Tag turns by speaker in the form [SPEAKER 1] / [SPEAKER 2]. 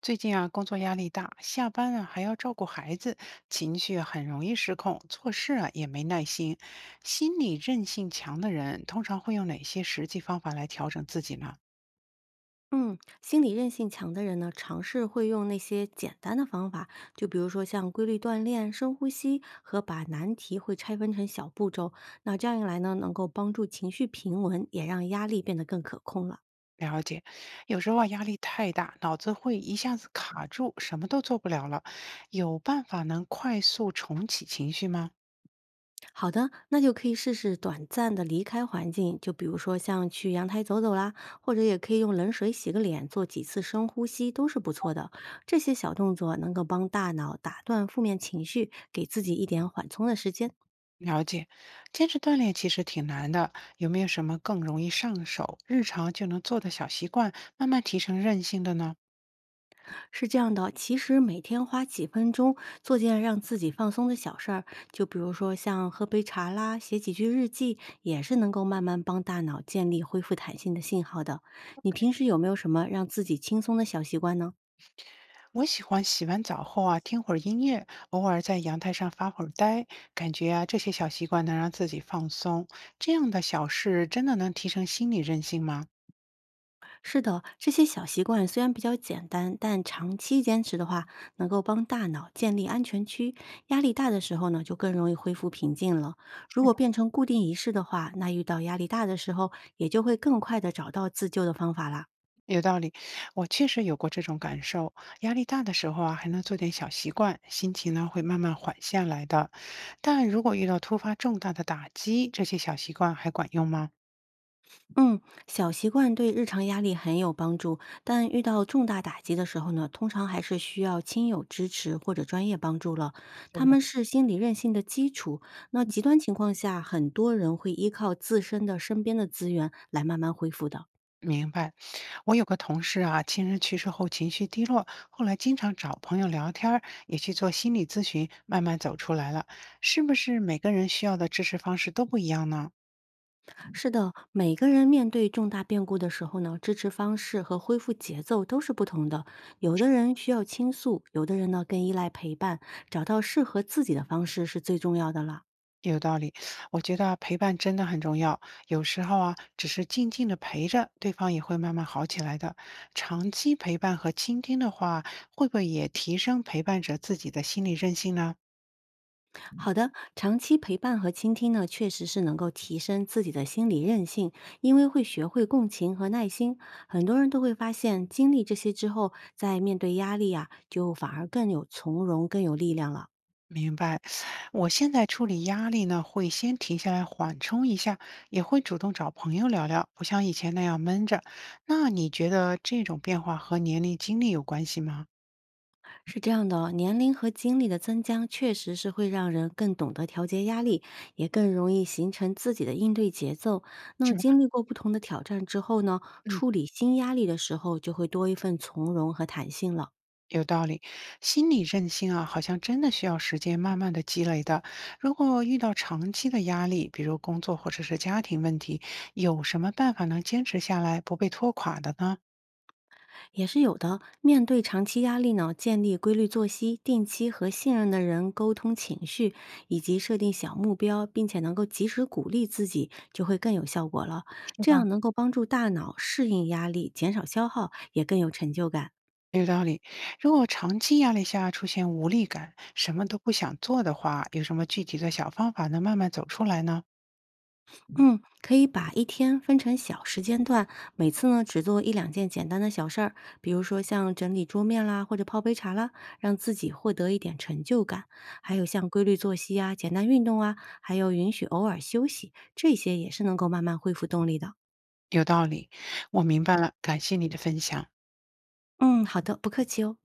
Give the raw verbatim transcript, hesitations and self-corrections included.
[SPEAKER 1] 最近啊，工作压力大，下班了还要照顾孩子，情绪啊很容易失控，做事啊也没耐心。心理韧性强的人，通常会用哪些实际方法来调整自己呢？
[SPEAKER 2] 嗯，心理韧性强的人呢，尝试会用那些简单的方法，就比如说像规律锻炼、深呼吸和把难题会拆分成小步骤。那这样一来呢，能够帮助情绪平稳，也让压力变得更可控了。
[SPEAKER 1] 了解，有时候啊压力太大，脑子会一下子卡住，什么都做不了了。有办法能快速重启情绪吗？
[SPEAKER 2] 好的，那就可以试试短暂的离开环境，就比如说像去阳台走走啦，或者也可以用冷水洗个脸，做几次深呼吸，都是不错的。这些小动作能够帮大脑打断负面情绪，给自己一点缓冲的时间。
[SPEAKER 1] 了解，坚持锻炼其实挺难的，有没有什么更容易上手、日常就能做的小习惯，慢慢提升韧性的呢？
[SPEAKER 2] 是这样的，其实每天花几分钟做件让自己放松的小事儿，就比如说像喝杯茶啦，写几句日记，也是能够慢慢帮大脑建立恢复弹性的信号的。你平时有没有什么让自己轻松的小习惯呢？
[SPEAKER 1] 我喜欢洗完澡后啊，听会儿音乐，偶尔在阳台上发会儿呆，感觉啊，这些小习惯能让自己放松。这样的小事真的能提升心理韧性吗？
[SPEAKER 2] 是的，这些小习惯虽然比较简单，但长期坚持的话，能够帮大脑建立安全区。压力大的时候呢，就更容易恢复平静了。如果变成固定仪式的话，那遇到压力大的时候，也就会更快的找到自救的方法啦。
[SPEAKER 1] 有道理，我确实有过这种感受。压力大的时候啊，还能做点小习惯，心情呢会慢慢缓下来的。但如果遇到突发重大的打击，这些小习惯还管用吗？
[SPEAKER 2] 嗯，小习惯对日常压力很有帮助，但遇到重大打击的时候呢，通常还是需要亲友支持或者专业帮助了。他们是心理韧性的基础。那极端情况下，很多人会依靠自身的身边的资源来慢慢恢复的。
[SPEAKER 1] 明白，我有个同事啊，亲人去世后情绪低落，后来经常找朋友聊天儿也去做心理咨询，慢慢走出来了。是不是每个人需要的支持方式都不一样呢？
[SPEAKER 2] 是的，每个人面对重大变故的时候呢，支持方式和恢复节奏都是不同的。有的人需要倾诉，有的人呢更依赖陪伴，找到适合自己的方式是最重要的了。
[SPEAKER 1] 有道理，我觉得啊陪伴真的很重要。有时候啊，只是静静的陪着，对方也会慢慢好起来的。长期陪伴和倾听的话，会不会也提升陪伴者自己的心理韧性呢？
[SPEAKER 2] 好的，长期陪伴和倾听呢，确实是能够提升自己的心理韧性，因为会学会共情和耐心。很多人都会发现，经历这些之后，在面对压力啊，就反而更有从容，更有力量了。
[SPEAKER 1] 明白，我现在处理压力呢，会先停下来缓冲一下，也会主动找朋友聊聊，不像以前那样闷着。那你觉得这种变化和年龄、经历有关系吗？
[SPEAKER 2] 是这样的哦，年龄和经历的增加，确实是会让人更懂得调节压力，也更容易形成自己的应对节奏。那
[SPEAKER 1] 是吧？
[SPEAKER 2] 经历过不同的挑战之后呢，
[SPEAKER 1] 嗯，
[SPEAKER 2] 处理新压力的时候，就会多一份从容和弹性了。
[SPEAKER 1] 有道理。心理韧性啊，好像真的需要时间慢慢的积累的。如果遇到长期的压力，比如工作或者是家庭问题，有什么办法能坚持下来，不被拖垮的呢？
[SPEAKER 2] 也是有的。面对长期压力呢，建立规律作息，定期和信任的人沟通情绪，以及设定小目标，并且能够及时鼓励自己，就会更有效果了。
[SPEAKER 1] 是
[SPEAKER 2] 这
[SPEAKER 1] 吧？
[SPEAKER 2] 样能够帮助大脑适应压力，减少消耗，也更有成就感。
[SPEAKER 1] 有道理，如果长期压力下出现无力感，什么都不想做的话，有什么具体的小方法能慢慢走出来呢？
[SPEAKER 2] 嗯，可以把一天分成小时间段，每次呢只做一两件简单的小事儿，比如说像整理桌面啦，或者泡杯茶啦，让自己获得一点成就感。还有像规律作息啊、简单运动啊，还有允许偶尔休息，这些也是能够慢慢恢复动力的。
[SPEAKER 1] 有道理，我明白了，感谢你的分享。
[SPEAKER 2] 嗯，好的，不客气哦。